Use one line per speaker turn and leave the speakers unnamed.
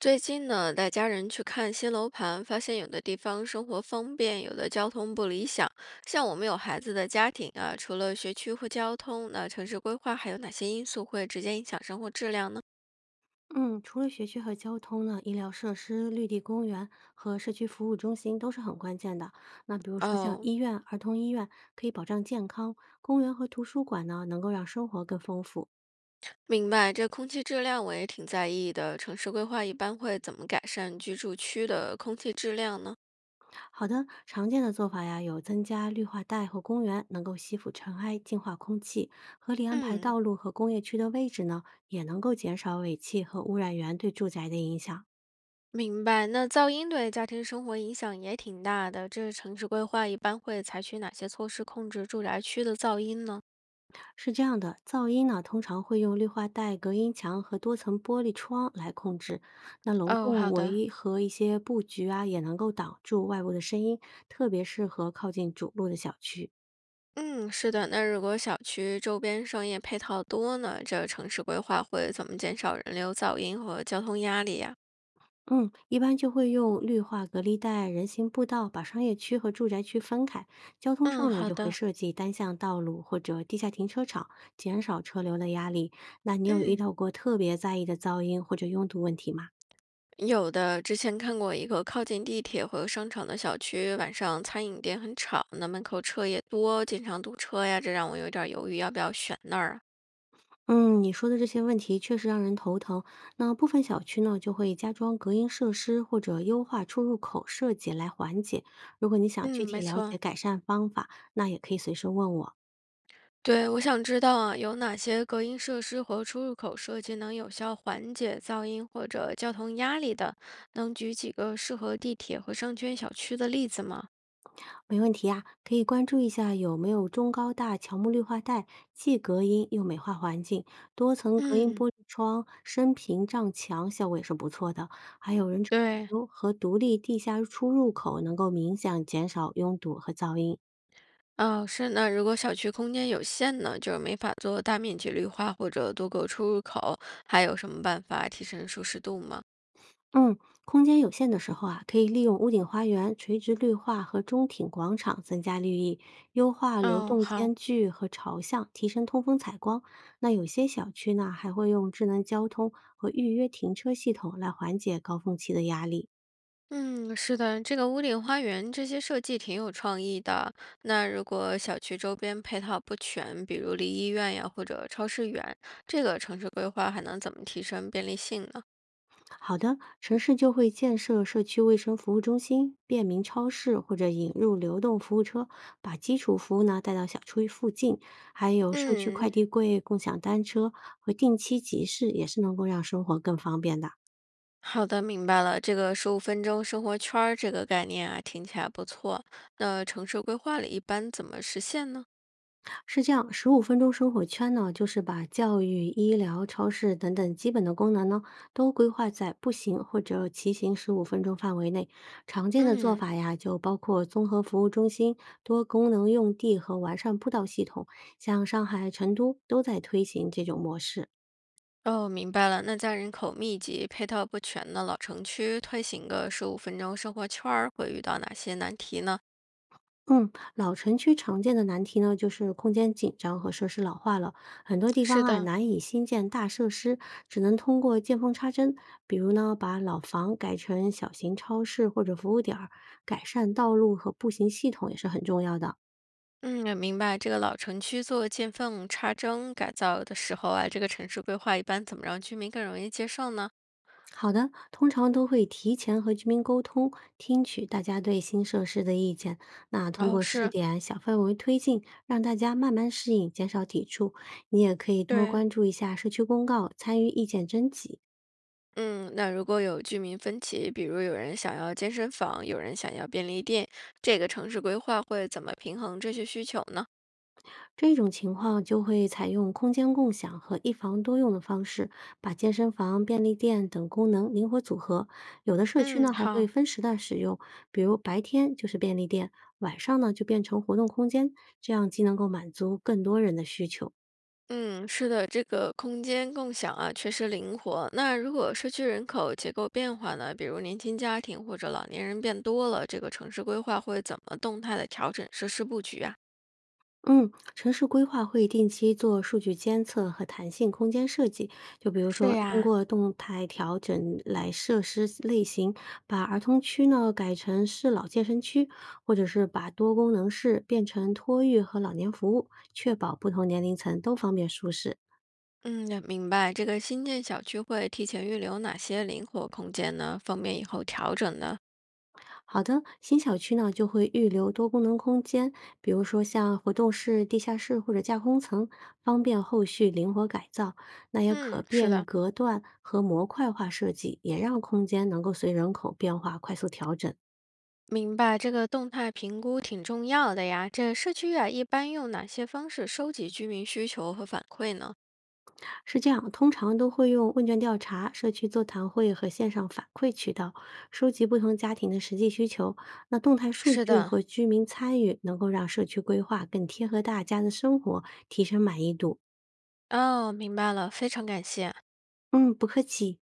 最近呢，带家人去看新楼盘，发现有的地方生活方便，有的交通不理想。像我们有孩子的家庭啊，除了学区或交通，那城市规划还有哪些因素会直接影响生活质量呢？
嗯，除了学区和交通呢，医疗设施、绿地公园和社区服务中心都是很关键的。那比如说像
哦，
医院、儿童医院可以保障健康，公园和图书馆呢能够让生活更丰富。
明白。这空气质量我也挺在意的。城市规划一般会怎么改善居住区的空气质量呢？
好的，常见的做法呀，有增加绿化带和公园，能够吸附尘埃，净化空气；合理安排
嗯，
道路和工业区的位置呢，也能够减少尾气和污染源对住宅的影响。
明白。那噪音对家庭生活影响也挺大的。这城市规划一般会采取哪些措施控制住宅区的噪音呢？
是这样的，噪音呢通常会用绿化带、隔音墙和多层玻璃窗来控制。那楼
哦，
栋
好的。
围和一些布局啊，也能够挡住外部的声音，特别适合靠近主路的小区。
嗯，是的，那如果小区周边商业配套多呢，这城市规划会怎么减少人流噪音和交通压力呀？
嗯，一般就会用绿化隔离带、人行步道把商业区和住宅区分开。交通
嗯，
上呢，
好
就会
的，
设计单向道路或者地下停车场，减少车流的压力。那你有遇
嗯，
到过特别在意的噪音或者拥堵问题吗？
有的，之前看过一个靠近地铁和商场的小区，晚上餐饮店很吵，那门口车也多，经常堵车呀，这让我有点儿犹豫要不要选那儿啊。
嗯，你说的这些问题确实让人头疼。那部分小区呢，就会加装隔音设施或者优化出入口设计来缓解。如果你想具
嗯，没
体了解
错。
改善方法，那也可以随时问我，
对，我想知道啊，有哪些隔音设施和出入口设计能有效缓解噪音或者交通压力的？能举几个适合地铁和商圈小区的例子吗？
没问题啊。可以关注一下有没有中高大乔木绿化带，既隔音又美化环境，多层隔音
嗯，
玻璃窗、深屏障墙效果也是不错的。还有人
对，
流和独立地下出入口，能够明显减少拥堵和噪音。
哦，是那如果小区空间有限呢，就是没法做大面积绿化或者多个出入口，还有什么办法提升舒适度吗？
嗯，空间有限的时候啊，可以利用屋顶花园、垂直绿化和中庭广场增加绿意，优化流
哦，
动
好。
间距和朝向，提升通风采光。那有些小区呢，还会用智能交通和预约停车系统来缓解高峰期的压力。
嗯，是的，这个屋顶花园这些设计挺有创意的。那如果小区周边配套不全，比如离医院呀或者超市远，这个城市规划还能怎么提升便利性呢？
好的，城市就会建设社区卫生服务中心、便民超市或者引入流动服务车，把基础服务呢带到小区附近。还有社区快
嗯，
递柜、共享单车和定期集市，也是能够让生活更方便的。
好的，明白了。这个十五分钟生活圈儿这个概念啊，听起来不错。那城市规划里一般怎么实现呢？
是这样，十五分钟生活圈呢，就是把教育、医疗、超市等等基本的功能呢，都规划在步行或者骑行十五分钟范围内。常见的做
嗯，
法呀，就包括综合服务中心、多功能用地和完善步道系统，像上海、成都都在推行这种模式。
哦，明白了。那在人口密集、配套不全的老城区，推行个十五分钟生活圈儿，会遇到哪些难题呢？
嗯，老城区常见的难题呢，就是空间紧张和设施老化了，很多地
是
方啊
的，
难以新建大设施，只能通过见缝插针，比如呢把老房改成小型超市或者服务点儿，改善道路和步行系统也是很重要的。
嗯，明白。这个老城区做见缝插针改造的时候啊，这个城市规划一般怎么让居民更容易接受呢？
好的，通常都会提前和居民沟通，听取大家对新设施的意见。那通
哦，
过试
是，
点、小范围推进，让大家慢慢适应，减少抵触。你也可以多
对，
关注一下社区公告，参与意见征集。
嗯，那如果有居民分歧，比如有人想要健身房，有人想要便利店，这个城市规划会怎么平衡这些需求呢？
这种情况就会采用空间共享和一房多用的方式，把健身房、便利店等功能灵活组合。有的社区
嗯，
呢还会
好，
分时段使用，比如白天就是便利店，晚上呢就变成活动空间，这样既能够满足更多人的需求。
嗯，是的，这个空间共享啊，确实灵活。那如果社区人口结构变化呢，比如年轻家庭或者老年人变多了，这个城市规划会怎么动态的调整设施布局啊？
嗯，城市规划会定期做数据监测和弹性空间设计，就比如
是
说通
呀，
过动态调整来设施类型，把儿童区呢改成适老健身区，或者是把多功能室变成托育和老年服务，确保不同年龄层都方便舒适。
嗯，明白。这个新建小区会提前预留哪些灵活空间呢？方便以后调整呢？
好的，新小区呢就会预留多功能空间，比如说像活动室、地下室或者架空层，方便后续灵活改造。那也可
嗯，是
变
的，
隔断和模块化设计，也让空间能够随人口变化快速调整。
明白。这个动态评估挺重要的呀。这社区啊，一般用哪些方式收集居民需求和反馈呢？
是这样，通常都会用问卷调查、社区座谈会和线上反馈渠道，收集不同家庭的实际需求。那动态数
是
据
的，
和居民参与，能够让社区规划更贴合大家的生活，提升满意度。
哦，明白了，非常感谢。
嗯，不客气。